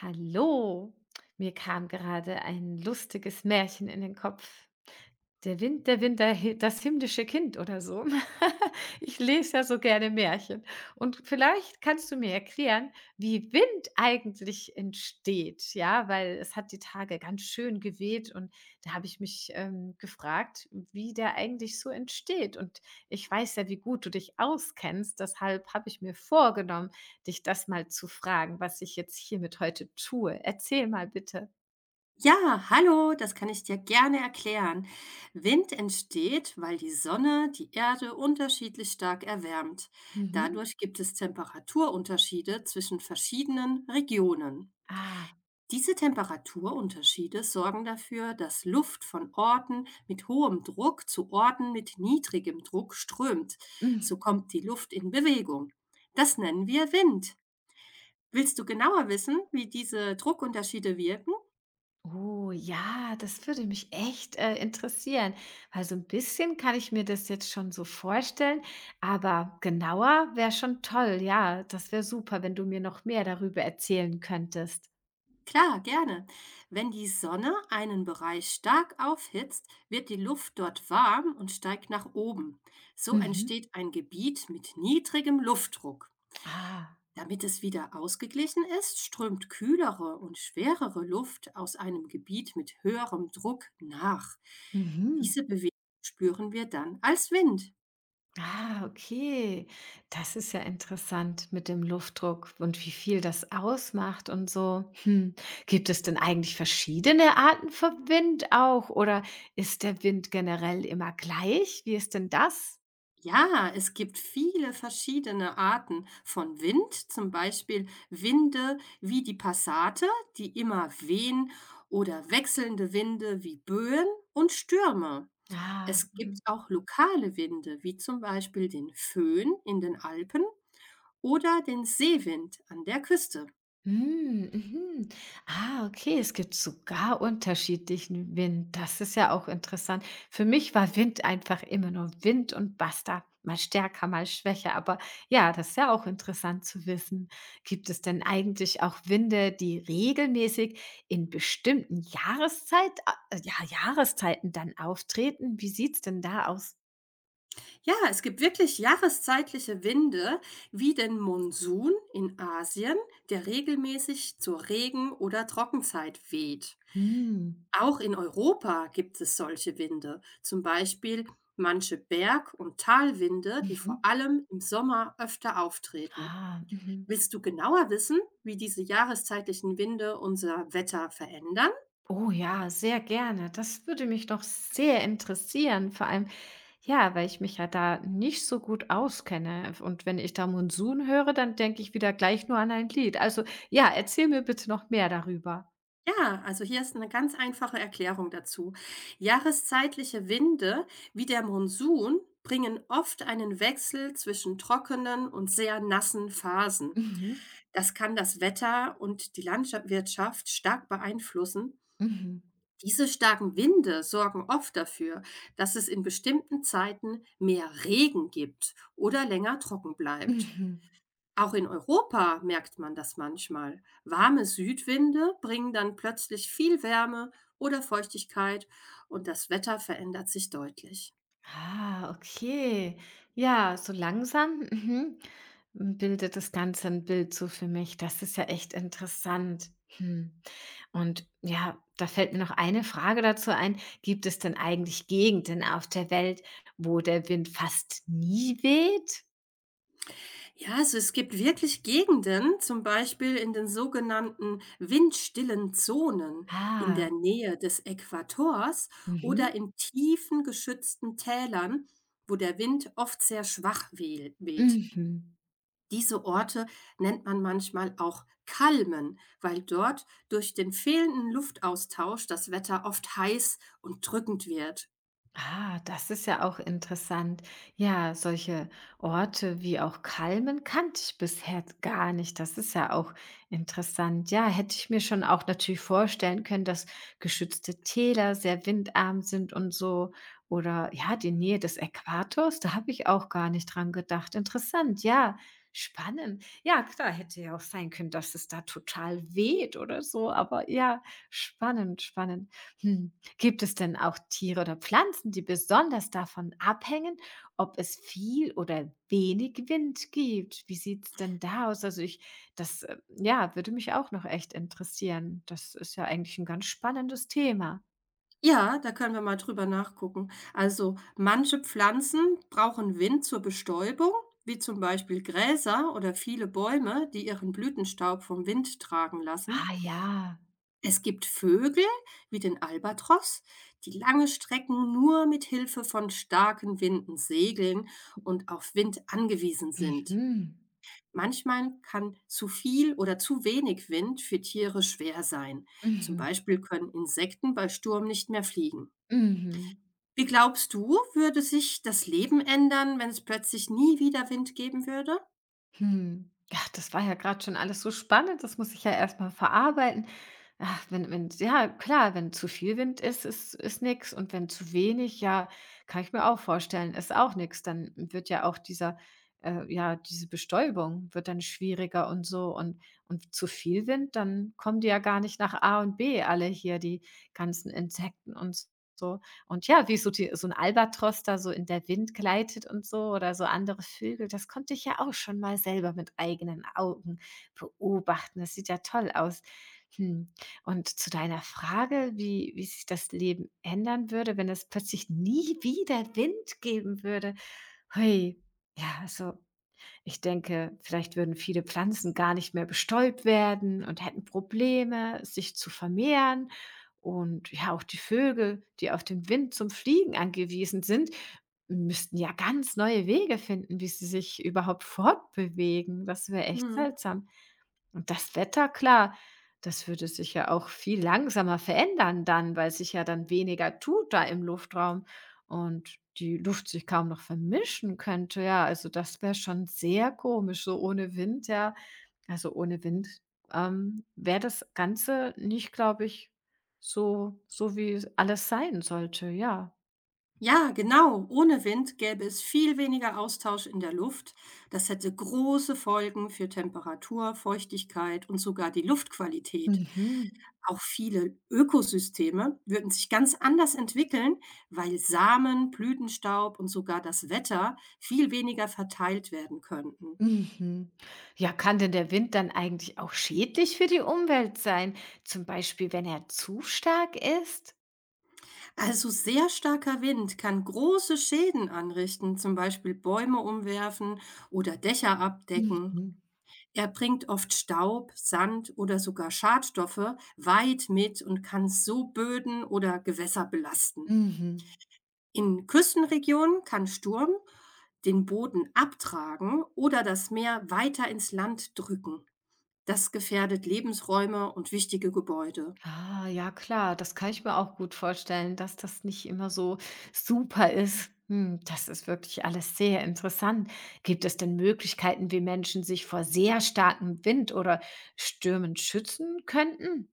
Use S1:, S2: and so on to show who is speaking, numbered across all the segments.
S1: Hallo, mir kam gerade ein lustiges Märchen in den Kopf. Der Wind, der Wind, der hi das himmlische Kind oder so. Ich lese ja so gerne Märchen. Und vielleicht kannst du mir erklären, wie Wind eigentlich entsteht, ja? Weil es hat die Tage ganz schön geweht und da habe ich mich, gefragt, wie der eigentlich so entsteht. Und ich weiß ja, wie gut du dich auskennst, deshalb habe ich mir vorgenommen, dich das mal zu fragen, was ich jetzt hiermit heute tue. Erzähl mal bitte.
S2: Ja, hallo, das kann ich dir gerne erklären. Wind entsteht, weil die Sonne die Erde unterschiedlich stark erwärmt.
S1: Mhm.
S2: Dadurch gibt es Temperaturunterschiede zwischen verschiedenen Regionen.
S1: Ah.
S2: Diese Temperaturunterschiede sorgen dafür, dass Luft von Orten mit hohem Druck zu Orten mit niedrigem Druck strömt. So
S1: Mhm.
S2: kommt die Luft in Bewegung. Das nennen wir Wind. Willst du genauer wissen, wie diese Druckunterschiede wirken?
S1: Oh ja, das würde mich echt interessieren, weil so ein bisschen kann ich mir das jetzt schon so vorstellen, aber genauer wäre schon toll. Ja, das wäre super, wenn du mir noch mehr darüber erzählen könntest.
S2: Klar, gerne. Wenn die Sonne einen Bereich stark aufhitzt, wird die Luft dort warm und steigt nach oben. So
S1: Mhm.
S2: entsteht ein Gebiet mit niedrigem Luftdruck.
S1: Ah.
S2: Damit es wieder ausgeglichen ist, strömt kühlere und schwerere Luft aus einem Gebiet mit höherem Druck nach.
S1: Mhm.
S2: Diese Bewegung spüren wir dann als Wind.
S1: Ah, okay. Das ist ja interessant mit dem Luftdruck und wie viel das ausmacht und so. Hm. Gibt es denn eigentlich verschiedene Arten von Wind auch? Oder ist der Wind generell immer gleich? Wie ist denn das?
S2: Ja, es gibt viele verschiedene Arten von Wind, zum Beispiel Winde wie die Passate, die immer wehen, oder wechselnde Winde wie Böen und Stürme.
S1: Ah,
S2: Es
S1: mhm.
S2: gibt auch lokale Winde, wie zum Beispiel den Föhn in den Alpen oder den Seewind an der Küste.
S1: Hm, mhm. Ah, okay, es gibt sogar unterschiedlichen Wind. Das ist ja auch interessant. Für mich war Wind einfach immer nur Wind und basta. Mal stärker, mal schwächer. Aber ja, das ist ja auch interessant zu wissen. Gibt es denn eigentlich auch Winde, die regelmäßig in bestimmten ja, Jahreszeiten dann auftreten? Wie sieht's denn da aus?
S2: Ja, es gibt wirklich jahreszeitliche Winde wie den Monsun in Asien, der regelmäßig zur Regen- oder Trockenzeit weht.
S1: Hm.
S2: Auch in Europa gibt es solche Winde, zum Beispiel manche Berg- und Talwinde, die vor
S1: Mhm.
S2: allem im Sommer öfter auftreten.
S1: Ah, mhm.
S2: Willst du genauer wissen, wie diese jahreszeitlichen Winde unser Wetter verändern?
S1: Oh ja, sehr gerne. Das würde mich doch sehr interessieren. Vor allem, ja, weil ich mich ja da nicht so gut auskenne. Und wenn ich da Monsun höre, dann denke ich wieder gleich nur an ein Lied. Also ja, erzähl mir bitte noch mehr darüber.
S2: Ja, also hier ist eine ganz einfache Erklärung dazu. Jahreszeitliche Winde wie der Monsun bringen oft einen Wechsel zwischen trockenen und sehr nassen Phasen.
S1: Mhm.
S2: Das kann das Wetter und die Landwirtschaft stark beeinflussen.
S1: Mhm.
S2: Diese starken Winde sorgen oft dafür, dass es in bestimmten Zeiten mehr Regen gibt oder länger trocken bleibt.
S1: Mhm.
S2: Auch in Europa merkt man das manchmal. Warme Südwinde bringen dann plötzlich viel Wärme oder Feuchtigkeit und das Wetter verändert sich deutlich.
S1: Ah, okay. Ja, so langsam, mhm, bildet das Ganze ein Bild so für mich. Das ist ja echt interessant. Hm. Und ja, da fällt mir noch eine Frage dazu ein. Gibt es denn eigentlich Gegenden auf der Welt, wo der Wind fast nie weht?
S2: Ja, also es gibt wirklich Gegenden, zum Beispiel in den sogenannten windstillen Zonen in
S1: Ah,
S2: der Nähe des Äquators
S1: mhm,
S2: oder in tiefen geschützten Tälern, wo der Wind oft sehr schwach weht.
S1: mhm.
S2: Diese Orte nennt man manchmal auch Kalmen, weil dort durch den fehlenden Luftaustausch das Wetter oft heiß und drückend wird.
S1: Ah, das ist ja auch interessant. Ja, solche Orte wie auch Kalmen kannte ich bisher gar nicht. Das ist ja auch interessant. Ja, hätte ich mir schon auch natürlich vorstellen können, dass geschützte Täler sehr windarm sind und so. Oder ja, die Nähe des Äquators, da habe ich auch gar nicht dran gedacht. Interessant, ja, spannend. Ja, klar, hätte ja auch sein können, dass es da total weht oder so. Aber ja, spannend, spannend. Hm. Gibt es denn auch Tiere oder Pflanzen, die besonders davon abhängen, ob es viel oder wenig Wind gibt? Wie sieht's denn da aus? Also ich das, ja, würde mich auch noch echt interessieren. Das ist ja eigentlich ein ganz spannendes Thema.
S2: Ja, da können wir mal drüber nachgucken. Also manche Pflanzen brauchen Wind zur Bestäubung, wie zum Beispiel Gräser oder viele Bäume, die ihren Blütenstaub vom Wind tragen lassen.
S1: Ah ja.
S2: Es gibt Vögel wie den Albatros, die lange Strecken nur mit Hilfe von starken Winden segeln und auf Wind angewiesen sind.
S1: Mhm.
S2: Manchmal kann zu viel oder zu wenig Wind für Tiere schwer sein. Zum
S1: Mhm.
S2: Beispiel können Insekten bei Sturm nicht mehr fliegen.
S1: Mhm.
S2: Wie glaubst du, würde sich das Leben ändern, wenn es plötzlich nie wieder Wind geben würde?
S1: Hm. Ja, das war ja gerade schon alles so spannend. Das muss ich ja erst mal verarbeiten. Ach, wenn ja klar, wenn zu viel Wind ist, ist nix und wenn zu wenig, ja, kann ich mir auch vorstellen, ist auch nix. Dann wird ja auch dieser ja, diese Bestäubung wird dann schwieriger und so und zu viel Wind, dann kommen die ja gar nicht nach A und B alle hier, die ganzen Insekten und so. Und ja, wie so, die, so ein Albatros da so in der Wind gleitet und so oder so andere Vögel, das konnte ich ja auch schon mal selber mit eigenen Augen beobachten. Das sieht ja toll aus. Hm. Und zu deiner Frage, wie sich das Leben ändern würde, wenn es plötzlich nie wieder Wind geben würde. Hui. Ja, also ich denke, vielleicht würden viele Pflanzen gar nicht mehr bestäubt werden und hätten Probleme, sich zu vermehren. Und ja, auch die Vögel, die auf den Wind zum Fliegen angewiesen sind, müssten ja ganz neue Wege finden, wie sie sich überhaupt fortbewegen. Das wäre echt
S2: Mhm.
S1: seltsam. Und das Wetter, klar, das würde sich ja auch viel langsamer verändern dann, weil sich ja dann weniger tut da im Luftraum und die Luft sich kaum noch vermischen könnte. Ja, also das wäre schon sehr komisch, so ohne Wind, ja. Also ohne Wind wäre das Ganze nicht, glaube ich, so, so wie es alles sein sollte, ja.
S2: Ja, genau. Ohne Wind gäbe es viel weniger Austausch in der Luft. Das hätte große Folgen für Temperatur, Feuchtigkeit und sogar die Luftqualität.
S1: Mhm.
S2: Auch viele Ökosysteme würden sich ganz anders entwickeln, weil Samen, Blütenstaub und sogar das Wetter viel weniger verteilt werden könnten.
S1: Mhm. Ja, kann denn der Wind dann eigentlich auch schädlich für die Umwelt sein? Zum Beispiel, wenn er zu stark ist?
S2: Also sehr starker Wind kann große Schäden anrichten, zum Beispiel Bäume umwerfen oder Dächer abdecken.
S1: Mhm.
S2: Er bringt oft Staub, Sand oder sogar Schadstoffe weit mit und kann so Böden oder Gewässer belasten.
S1: Mhm.
S2: In Küstenregionen kann Sturm den Boden abtragen oder das Meer weiter ins Land drücken. Das gefährdet Lebensräume und wichtige Gebäude.
S1: Ah, ja klar, das kann ich mir auch gut vorstellen, dass das nicht immer so super ist. Hm, das ist wirklich alles sehr interessant. Gibt es denn Möglichkeiten, wie Menschen sich vor sehr starkem Wind oder Stürmen schützen könnten?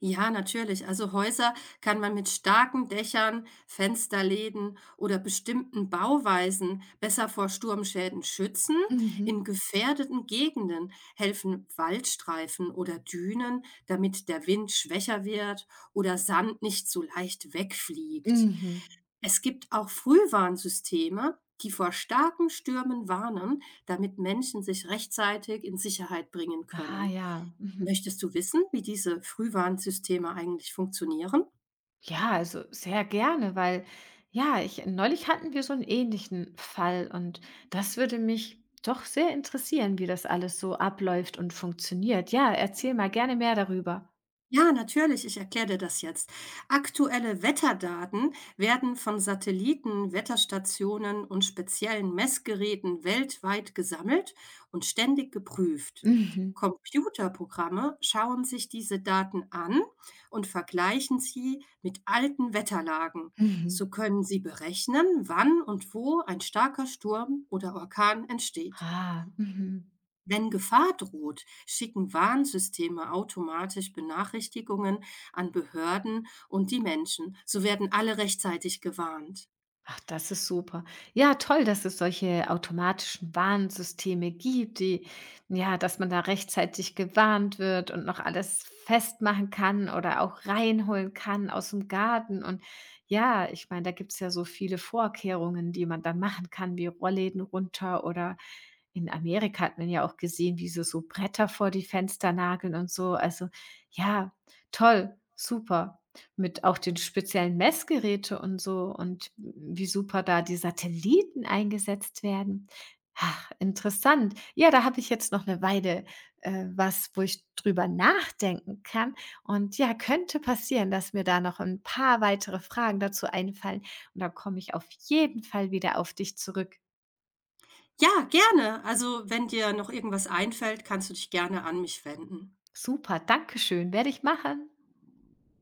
S2: Ja, natürlich. Also Häuser kann man mit starken Dächern, Fensterläden oder bestimmten Bauweisen besser vor Sturmschäden schützen.
S1: Mhm.
S2: In gefährdeten Gegenden helfen Waldstreifen oder Dünen, damit der Wind schwächer wird oder Sand nicht so leicht wegfliegt.
S1: Mhm.
S2: Es gibt auch Frühwarnsysteme, die vor starken Stürmen warnen, damit Menschen sich rechtzeitig in Sicherheit bringen
S1: Ah
S2: können.
S1: ja. Mhm.
S2: Möchtest du wissen, wie diese Frühwarnsysteme eigentlich funktionieren?
S1: Ja, also sehr gerne, weil ja, ich neulich hatten wir so einen ähnlichen Fall und das würde mich doch sehr interessieren, wie das alles so abläuft und funktioniert. Ja, erzähl mal gerne mehr darüber.
S2: Ja, natürlich, ich erkläre dir das jetzt. Aktuelle Wetterdaten werden von Satelliten, Wetterstationen und speziellen Messgeräten weltweit gesammelt und ständig geprüft.
S1: Mhm,
S2: Computerprogramme schauen sich diese Daten an und vergleichen sie mit alten Wetterlagen.
S1: mhm.
S2: So können sie berechnen, wann und wo ein starker Sturm oder Orkan entsteht.
S1: Ah, mhm.
S2: Wenn Gefahr droht, schicken Warnsysteme automatisch Benachrichtigungen an Behörden und die Menschen. So werden alle rechtzeitig gewarnt.
S1: Ach, das ist super. Ja, toll, dass es solche automatischen Warnsysteme gibt, die, ja, dass man da rechtzeitig gewarnt wird und noch alles festmachen kann oder auch reinholen kann aus dem Garten. Und ja, ich meine, da gibt es ja so viele Vorkehrungen, die man dann machen kann, wie Rollläden runter oder in Amerika hat man ja auch gesehen, wie sie so Bretter vor die Fenster nageln und so. Also ja, toll, super. Mit auch den speziellen Messgeräte und so und wie super da die Satelliten eingesetzt werden. Ach, interessant. Ja, da habe ich jetzt noch eine Weile, wo ich drüber nachdenken kann. Und ja, könnte passieren, dass mir da noch ein paar weitere Fragen dazu einfallen und dann komme ich auf jeden Fall wieder auf dich zurück.
S2: Ja, gerne. Also, wenn dir noch irgendwas einfällt, kannst du dich gerne an mich wenden.
S1: Super, dankeschön, werde ich machen.